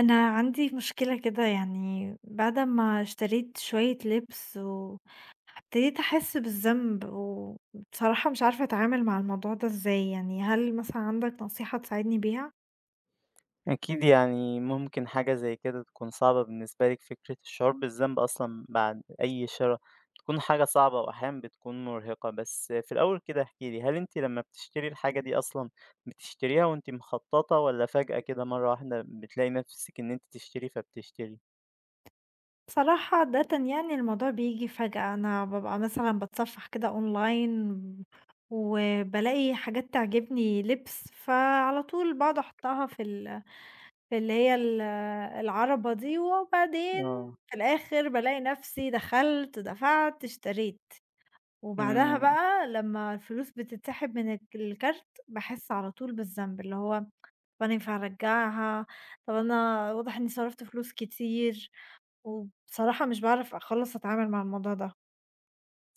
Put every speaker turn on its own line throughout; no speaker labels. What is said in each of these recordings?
أنا عندي مشكلة كده يعني بعد ما اشتريت شوية لبس وابتديت أحس بالذنب وبصراحة مش عارفة أتعامل مع الموضوع ده ازاي يعني هل مثلا عندك نصيحة تساعدني بيها؟
أكيد يعني ممكن حاجة زي كده تكون صعبة بالنسبة لك فكرة الشعور بالذنب أصلا بعد أي شراء بتكون حاجة صعبة وأحيانا بتكون مرهقة بس في الأول كده احكيلي هل انت لما بتشتري الحاجة دي أصلا بتشتريها وانت مخططة ولا فجأة كده مرة واحدة بتلاقي نفسك إن انت تشتري فبتشتري؟
بصراحة عادة يعني الموضوع بيجي فجأة أنا ببقى مثلا بتصفح كده أونلاين وبلاقي حاجات تعجبني لبس فعلى طول بقعد أحطها في في اللي هي ال العَرَبة دي، وبعدين
اه.
في الآخر بالاقي نَفْسي دخلت، دفعت، اشتريت، وبعدها
امم.
بقى لمّا الفلوس بتتسحب من الكارت باحس على طول بالذنب، اللي هو طَب أنا ينفع أرجّعها، طَب أنا واضح إنّي صرفت فلوس كتير، وبصراحة مش باعرف أخلّص أتعامل مع الموضوع ده.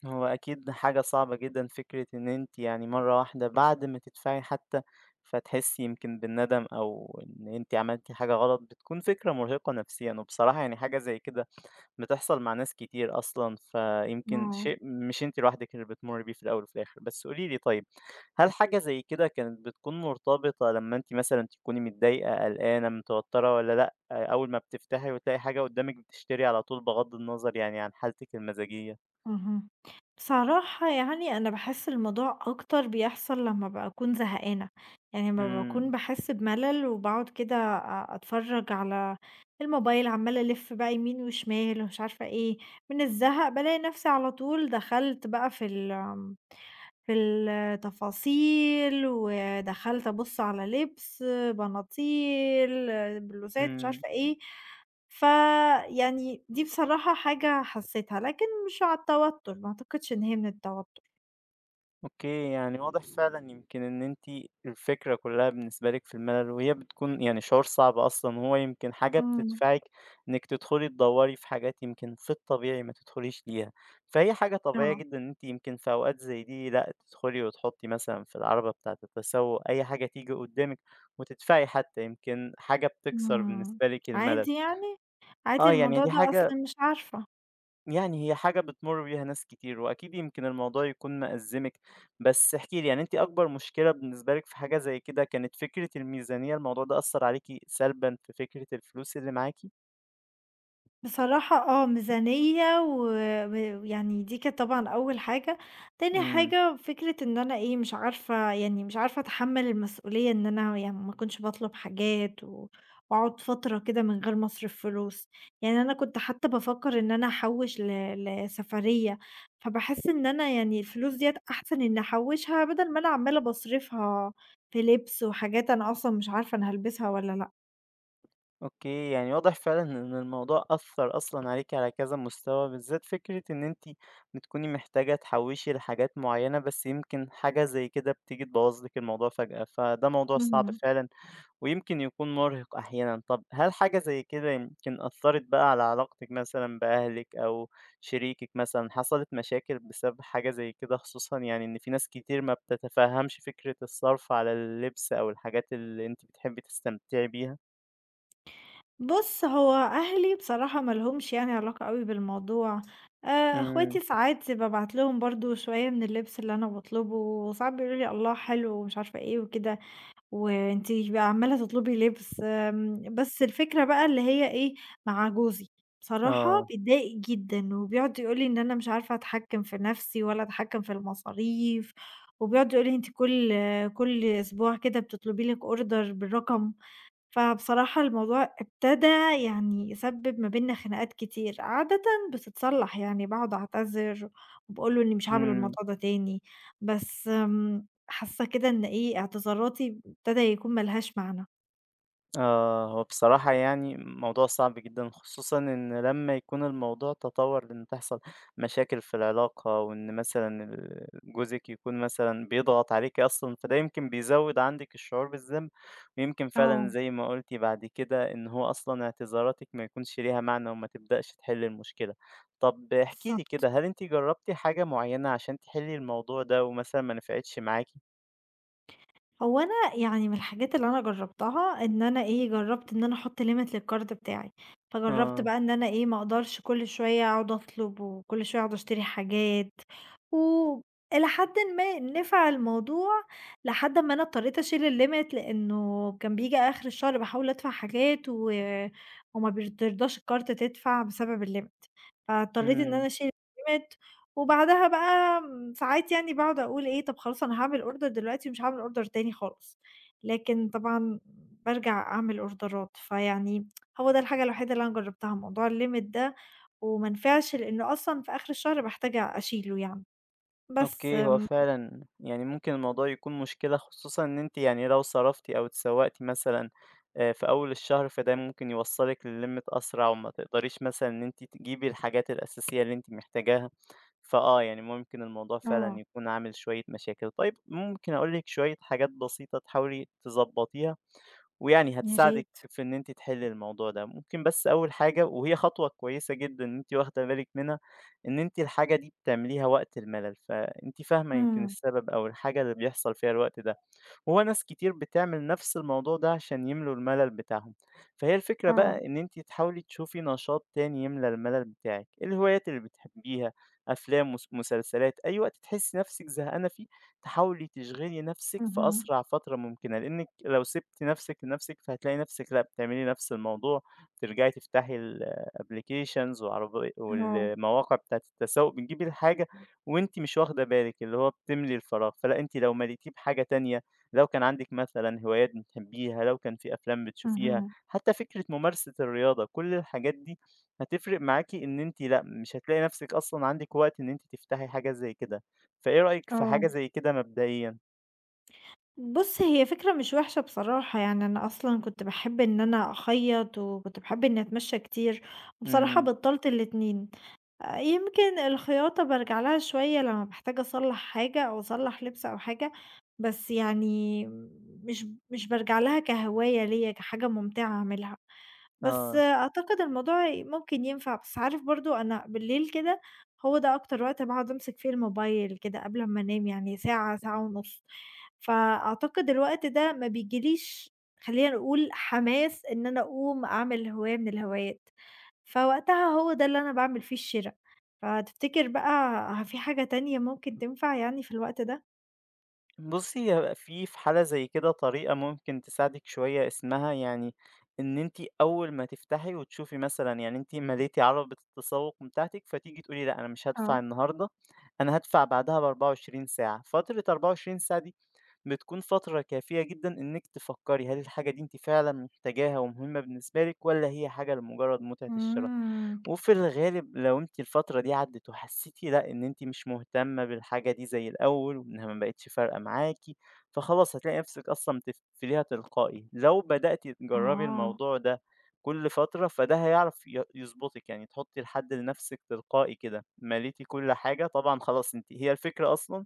هو أكيد حاجة صعبة جدًا فكرة إن أنتِ يعني مرّة واحدة بعد ما تدفعي حتى، فتحسّي يمكن بالندم أو إن أنتِ عملتِ حاجة غلط، بتكون فكرة مرهقة نفسيًا، وبصراحة يعني حاجة زي كده بتحصل مع ناس كتير أصلًا، فيمكن
آه.
شيء مش أنتِ لوحدِك اللي بتمُرّي بيه في الأول وفي الآخر. بس قولي لي طيب، هل حاجة زي كده كانت بتكون مرتبطة لمّا أنتِ مثلًا تكوني متضايقة، قلقانة، متوترة والّا لأ، أول ما بتفتحي وتلاقي حاجة قدّامِك بتشتري على طول بغض النظر يعني عن حالتِك المزاجية؟
اهم. بصراحة يعني أنا باحس الموضوع أكتر بيحصل لمّا باكون زهقانة، يعني لمّا
إمم.
باكون باحس بملل وباقعد كده أتفرّج على الموبايل عمّالة ألِف بقى يمين وشمال ومش عارفة إيه، من الزهق بالاقي نفسي على طول دخلت بقى في ال آمم، في التفاصيل ودخلت أبُص على لبس، بناطيل، بلوزات، مش
إمم.
عارفة إيه. فيعني دي بصراحة حاجة حسيتها، لكن مش على التوتر، ما أعتقدش إن هي من التوتر.
أوكي، يعني واضح فعلًا يمكن إن أنتِ الفكرة كلّها بالنسبة لِك في الملل، وهي بتكون يعني شعور صعب أصلًا، وهو يمكن حاجة
إمم.
بتدفعِك إنِّك تدخلي تدوّري في حاجات يمكن في الطبيعي ما تدخليش ليها، فهي حاجة طبيعية
آه،
جدًا إن أنتِ يمكن في أوقات زي دي لأ، تدخلي وتحطّي مثلًا في العارضة بتاعة التسوق أي حاجة تيجي قدّامِك، وتدفعي حتى يمكن حاجة بتكسر
إمم،
بالنسبة لِك الملل،
عادي يعني؟ عادي
آه، يعني
الموضوع
دي
ده
حاجة
أصلًا مش عارفة.
يعني هي حاجة بتمُر بيها ناس كتير، وأكيد يمكن الموضوع يكون مأزّمِك، بس احكي لي يعني أنتِ أكبر مشكلة بالنسبة لِك في حاجة زي كده كانت فكرة الميزانية، الموضوع ده أثّر عليكِ سلبًا في فكرة الفلوس اللي معاكِ؟
بصراحة آه، ميزانية و ويعني دي كانت طبعًا أول حاجة، تاني
إمم.
حاجة فكرة إن أنا إيه، مش عارفة يعني مش عارفة أتحمّل المسؤولية إن أنا يعني ما أكونش باطلب حاجات و وأقعد فترة كده من غير ما أصرف فلوس، يعني أنا كنت حتى بافكّر إن أنا أحوّش لسفرية، فباحس إن أنا يعني الفلوس ديّة أحسن إني أحوّشها بدل ما أنا عمّالة باصرفها في لِبس وحاجات أنا أصلًا مش عارفة أنا هالبسها والّا لأ.
أوكي، يعني واضح فعلًا إن الموضوع أثّر أصلًا عليكِ على كذا مستوى، بالذات فكرة إن أنتِ بتكوني محتاجة تحوّشي لحاجات معيّنة، بس يمكن حاجة زي كده بتيجي تبوّظ لِك الموضوع فجأة، فده موضوع صعب
اهم.
فعلًا ويمكن يكون مرهق أحيانا. طب هل حاجة زي كده يمكن أثرت بقى على علاقتك مثلا بأهلك أو شريكك مثلا حصلت مشاكل بسبب حاجة زي كده خصوصا يعني إن في ناس كتير ما بتتفهمش فكرة الصرف على اللبس أو الحاجات اللي أنت بتحبي تستمتعي بيها؟
بُص، هو أهلي بصراحة ما لهمش يعني علاقة أوي بالموضوع،
امم.
أخواتي ساعات بابعت لهم برضه شوية من اللبس اللي أنا باطلبه، وساعات بيقولوا لي: "الله حلو." ومش عارفة إيه وكده، "وأنتِ بقى عمّالة تطلبي لبس." بس الفكرة بقى اللي هي إيه، مع جوزي، بصراحة
آه.
بيتضايق جدًا، وبيقعد يقول لي إن أنا مش عارفة أتحكم في نفسي ولا أتحكم في المصاريف، وبيقعد يقول لي: "أنتِ كل أسبوع كده بتطلبي لِك order بالرقم." فبصراحة الموضوع ابتدى يعني يسبب ما بيننا خناقات كتير، عادةً بتتصلّح يعني باقعد أعتذر وباقول له إني مش هاعمل
امم.
الموضوع ده تاني، بس حاسة كده إن إيه، اعتذاراتي ابتدى يكون ما لهاش معنى.
آه، هو بصراحة يعني موضوع صعب جدا خصوصا إن لما يكون الموضوع تطور لإن تحصل مشاكل في العلاقة وإن مثلا جوزك يكون مثلا بيضغط عليك أصلا فده يمكن بيزود عندك الشعور بالذنب ويمكن فعلا
آه،
زي ما قلتي بعد كده إن هو أصلا اعتذاراتك ما يكونش ليها معنى وما تبدأش تحل المشكلة. طب احكي لي كده
بالضبط.
هل انتي جربتي حاجة معينة عشان تحلي الموضوع ده ومثلا ما نفعتش معاكي؟
هو أنا يعني من الحاجات اللي أنا جرّبتها إن أنا إيه، جرّبت إن أنا أحُط limit للكارد بتاعي، فجرّبت
اه.
بقى إن أنا إيه، ما أقدرش كل شوية أقعد أطلب وكل شوية أقعد أشتري حاجات، وإلى حدٍ ما نفع الموضوع لحد أمّا أنا اضطريت أشيل الlimit لإنه كان بييجي آخر الشهر باحاول أدفع حاجات و وما بترضاش الكارت تدفع بسبب الlimit، فاضطريت إن أنا أشيل الlimit وبعدها بقى ساعات يعني باقعد أقول إيه، طب خلاص أنا هاعمل order دلوقتي ومش هاعمل order تاني خالص، لكن طبعًا بارجع أعمل أوردرات، فيعني هو ده الحاجة الوحيدة اللي أنا جربتها، موضوع الlimit ده وما نفعش لإنه أصلًا في آخر الشهر باحتاج أشيله يعني، بس
أوكي، هو فعلًا يعني ممكن الموضوع يكون مشكلة، خصوصًا إن أنتِ يعني لو صرفتِ أو اتسوّقتِ مثلًا في أول الشهر، فده ممكن يوصّلِك للِمِت أسرع وما تقدريش مثلًا إن أنتِ تجيبي الحاجات الأساسية اللي أنتِ محتاجاها، فآه، يعني ممكن الموضوع فعلًا
آه،
يكون عامل شوية مشاكل. طيب ممكن أقول لِك شوية حاجات بسيطة تحاولي تضبّطيها؟ ويعني
يا
هتساعدِك
ريت،
في إن أنتِ تحلّي الموضوع ده. ممكن بس أول حاجة وهي خطوة كويسة جدًا إن أنتِ واخدة بالِك منها، إن أنتِ الحاجة دي بتعمليها وقت الملل، فأنتِ فاهمة يمكن
إمم،
السبب أو الحاجة اللي بيحصل فيها الوقت ده. وهو ناس كتير بتعمل نفس الموضوع ده عشان يملوا الملل بتاعهم فهي الفكرة
آه،
بقى إن أنتِ تحاولي تشوفي نشاط تاني يملى الملل بتاعِك، الهوايات اللي بتحبيها، أفلام، مسلسلات، أي وقت تحسي نفسِك زهقانة فيه تحاولي تشغلي نفسِك في
اهم،
أسرع فترة ممكنة، لإنِك لو سِبتِ نفسِك لنفسِك فهتلاقي نفسِك لأ بتعملي نفس الموضوع، ترجعي تفتحي الapplications وعربي
آه،
والمواقع بتاعة التسوق، بتجيبي الحاجة وأنتِ مش واخدة بالِك، اللي هو بتملي الفراغ، فلأ أنتِ لو مليتيه بحاجة تانية لو كان عندِك مثلًا هوايات بتحبيها، لو كان في أفلام بتشوفيها،
اهم،
حتى فكرة ممارسة الرياضة، كل الحاجات دي هتفرق معاكِ إن أنتِ لأ، مش هتلاقي نفسِك أصلًا عندِك وقت إن أنتِ تفتحي حاجة زي كده، فإيه رأيِك في
آه.
حاجة زي كده مبدئيًا؟
بُص، هي فكرة مش وحشة بصراحة، يعني أنا أصلًا كنت باحب إن أنا أخيّط، وكنت باحب إني أتمشى كتير، وبصراحة
إمم.
بطّلت الاتنين، يمكن الخياطة بارجع لها شوية لمّا باحتاج أصلّح حاجة أو أصلّح لبس أو حاجة، بس يعني مش بارجع لها كهواية ليّا، كحاجة ممتعة أعملها، بس
آه.
آه، أعتقد الموضوع ممكن ينفع، بس عارف برضه أنا بالليل كده هو ده أكتر وقت باقعد أمسك فيه الموبايل كده قبل أمّا أنام، يعني ساعة، ساعة ونُص. فأعتقد الوقت ده ما بيجيليش خلّينا نقول حماس إن أنا أقوم أعمل هواية من الهوايات، فوقتها هو ده اللي أنا باعمل فيه الشِرا، فتفتكر بقى في حاجة تانية ممكن تنفع يعني في الوقت ده؟
بُصّي، هيبقى في حالة زي كده طريقة ممكن تساعدِك شوية اسمها يعني إن أنتِ أول ما تفتحي وتشوفي مثلًا يعني أنتِ مليتِ عربة التسوق بتاعتِك، فتيجي تقولي لأ أنا مش هادفع
آه،
النهارده، أنا هادفع بعدها ب24 ساعة، فترة 24 ساعة دي بتكون فترة كافية جدًا إنِّك تفكّري هل الحاجة دي أنتِ فعلًا محتاجاها ومهمة بالنسبة لِك والّا هي حاجة لمجرد متعة الشرا؟
إمم.
وفي الغالب لو أنتِ الفترة دي عدِّت وحسيتِ لأ، إن أنتِ مش مهتمة بالحاجة دي زي الأول، وإنها ما بقتش فارقة معاكِ، فخلاص هتلاقي نفسِك أصلًا بتقفليها تلقائي. لو بدأتِ تجربي
آه.
الموضوع ده كل فترة، فده هيعرف يضبطِك، يعني تحطي الحد لنفسِك تلقائي كده، مليتِ كل حاجة طبعًا خلاص أنتِ هي الفكرة أصلًا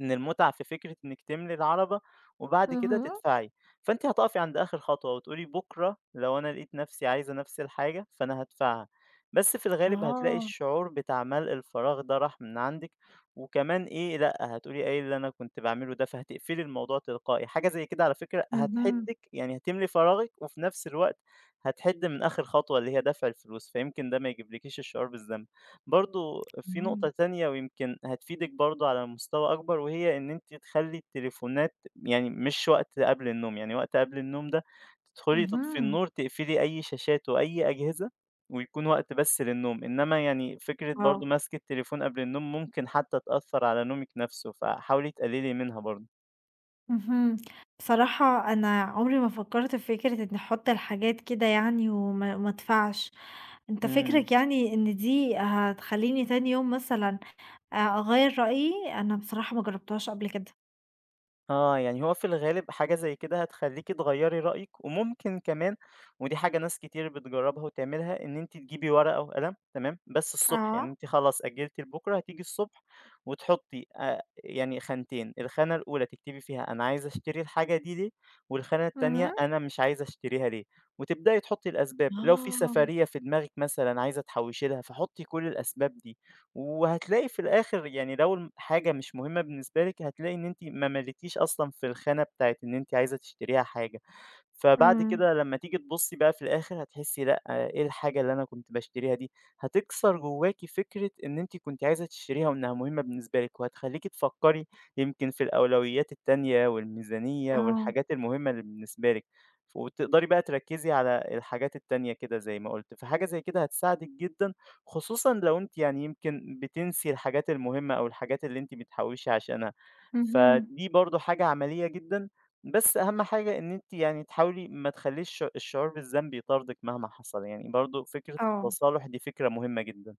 إن المتعة في فكرة إنِّك تملي العَرَبة وبعد كده
اهم.
تدفعي، فأنتِ هتقفي عند آخر خطوة وتقولي بُكرة لو أنا لقيت نَفْسي عايزة نَفْس الحاجة فأنا هادفعها، بس في الغالب هتلاقي
آه.
الشعور بتاع ملء الفراغ ده راح من عندِك، وكمان إيه، لأ، هتقولي إيه اللي أنا كنت باعمله ده، فهتقفلي الموضوع تلقائي، حاجة زي كده على فكرة
اهم.
هتحِدِّك يعني هتملي فراغِك وفي نَفْس الوقت هتحِد من آخر خطوة اللي هي دفع الفلوس، فيمكن ده ما يجيبلكيش الشعور بالذنب. برضه في نقطة
إمم.
تانية ويمكن هتفيدِك برضه على مستوى أكبر، وهي إن أنتِ تخلّي التليفونات يعني مش وقت قبل النوم، يعني وقت قبل النوم ده تدخلي تطفي
اهم.
النور، تقفلي أي شاشات وأي أجهزة، ويكون وقت بس للنوم، إنما يعني فكرة برضه
آه.
مَسْك التليفون قبل النوم ممكن حتى تأثّر على نومِك نَفْسه، فحاولي تقللي منها برضه.
اهم. بصراحة أنا عمري ما فكّرت في فكرة إني أحُط الحاجات كده يعني وما أدفعش، أنت
إمم.
فكرك يعني إن دي هتخلّيني تاني يوم مثلًا أغيّر رأيي؟ أنا بصراحة ما جرّبتهاش قبل كده.
آه، يعني هو في الغالب حاجة زي كده هتخلّيكِ تغيّري رأيِك، وممكن كمان ودي حاجة ناس كتير بتجرّبها وتعملها، إن أنتِ تجيبي ورقة وقلم تمام، بس الصبح، يعني
آه،
أنتِ خلاص أجّلتِ لبُكرة، هتيجي الصبح وتحطّي يعني خانتين، الخانة الأولى تكتبي فيها أنا عايزة أشتري الحاجة دي ليه، والخانة التانية
اهم.
أنا مش عايزة أشتريها ليه، وتبدئي تحطّي الأسباب، لو في
آه.
سفرية في دماغِك مثلًا عايزة تحوّشي لها، فحطّي كل الأسباب دي. وهتلاقي في الآخر يعني لو حاجة مش مهمة بالنسبة لِك، هتلاقي إن أنتِ ما مَليتيش أصلًا في الخانة بتاعة إن أنتِ عايزة تشتريها حاجة. فبعد
إمم،
كده لمّا تيجي تبُصّي بقى في الآخر هتحسّي لأ، إيه الحاجة اللي أنا كنت باشتريها دي، هتكسر جواكِ فكرة إن أنتِ كنتِ عايزة تشتريها وإنها مهمة بالنسبة لِك، وهتخلّيكِ تفكّري يمكن في الأولويات التانية والميزانية
آه،
والحاجات المهمة اللي بالنسبة لِك، وتقدري بقى تركّزي على الحاجات التانية كده زي ما قُلت، فحاجة زي كده هتساعدِك جدًا، خصوصًا لو أنتِ يعني يمكن بتنسي الحاجات المهمة أو الحاجات اللي أنتِ بتحوّشي عشانها،
اهم،
فدي برضه حاجة عملية جدًا بس أهم حاجة إن أنتِ يعني تحاولي ما تخلّيش الشعور بالذنب يطاردِك مهما حصل، يعني برضه فكرة
آه.
التصالح دي فكرة مهمة جدًا.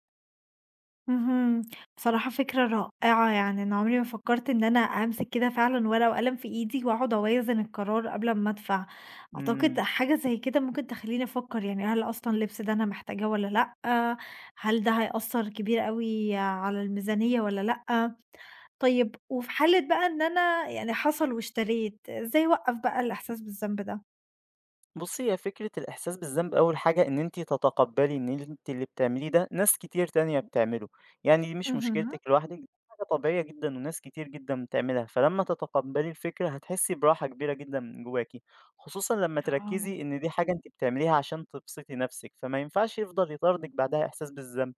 اهم. بصراحة فكرة رائعة، يعني أنا عمري ما فكّرت إن أنا أمسك كده فعلًا ورقة وقلم في إيدي وأقعد أوازن القرار قبل أمّا أدفع، أعتقد
إمم.
حاجة زي كده ممكن تخلّيني أفكّر يعني هل أصلًا اللبس ده أنا محتاجاه والّا لأ، هل ده هيأثّر كبير أوي على الميزانية والّا لأ، طيب وفي حالة بقى إن أنا يعني حصل واشتريت، إزاي أوقّف بقى الإحساس بالذنب ده؟
بُصّي هي فكرة الإحساس بالذنب أول حاجة إن أنتِ تتقبّلي إن أنتِ اللي بتعمليه ده ناس كتير تانية بتعمله، يعني دي مش
اهم،
مشكلتِك لوحدِك، دي حاجة طبيعية جدًا وناس كتير جدًا بتعملها، فلمّا تتقبّلي الفكرة هتحسّي براحة كبيرة جدًا من جواكِ، خصوصًا لمّا
آه،
تركّزي إن دي حاجة أنتِ بتعمليها عشان تبسطي نَفْسِك، فما ينفعش يفضل يطاردِك بعدها إحساس بالذنب.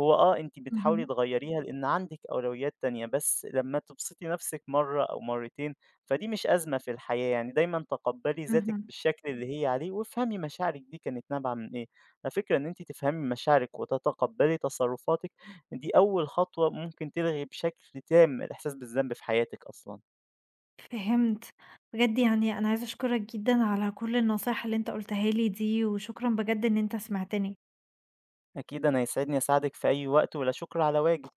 هو آه، أنتِ بتحاولي
اهم،
تغيّريها لإن عندِك أولويات تانية، بس لمّا تبسطي نَفْسِك مرّة أو مرّتين، فدي مش أزمة في الحياة، يعني دايمًا تقبّلي ذاتِك
اهم.
بالشكل اللي هي عليه وافهمي مشاعرِك دي كانت نابعة من إيه. على فكرة إن أنتِ تفهمي مشاعرِك وتتقبّلي تصرُّفاتِك، دي أول خطوة ممكن تلغي بشكل تام الإحساس بالذنب في حياتِك أصلًا.
فهمت. بجد يعني أنا عايزة أشكرك جدًا على كل النصايح اللي أنت قُلتها لي دي، وشكرًا بجد إن أنت سمعتني.
أكيد أنا يسعدني أساعدِك في أي وقت، ولا شُكر على واجب.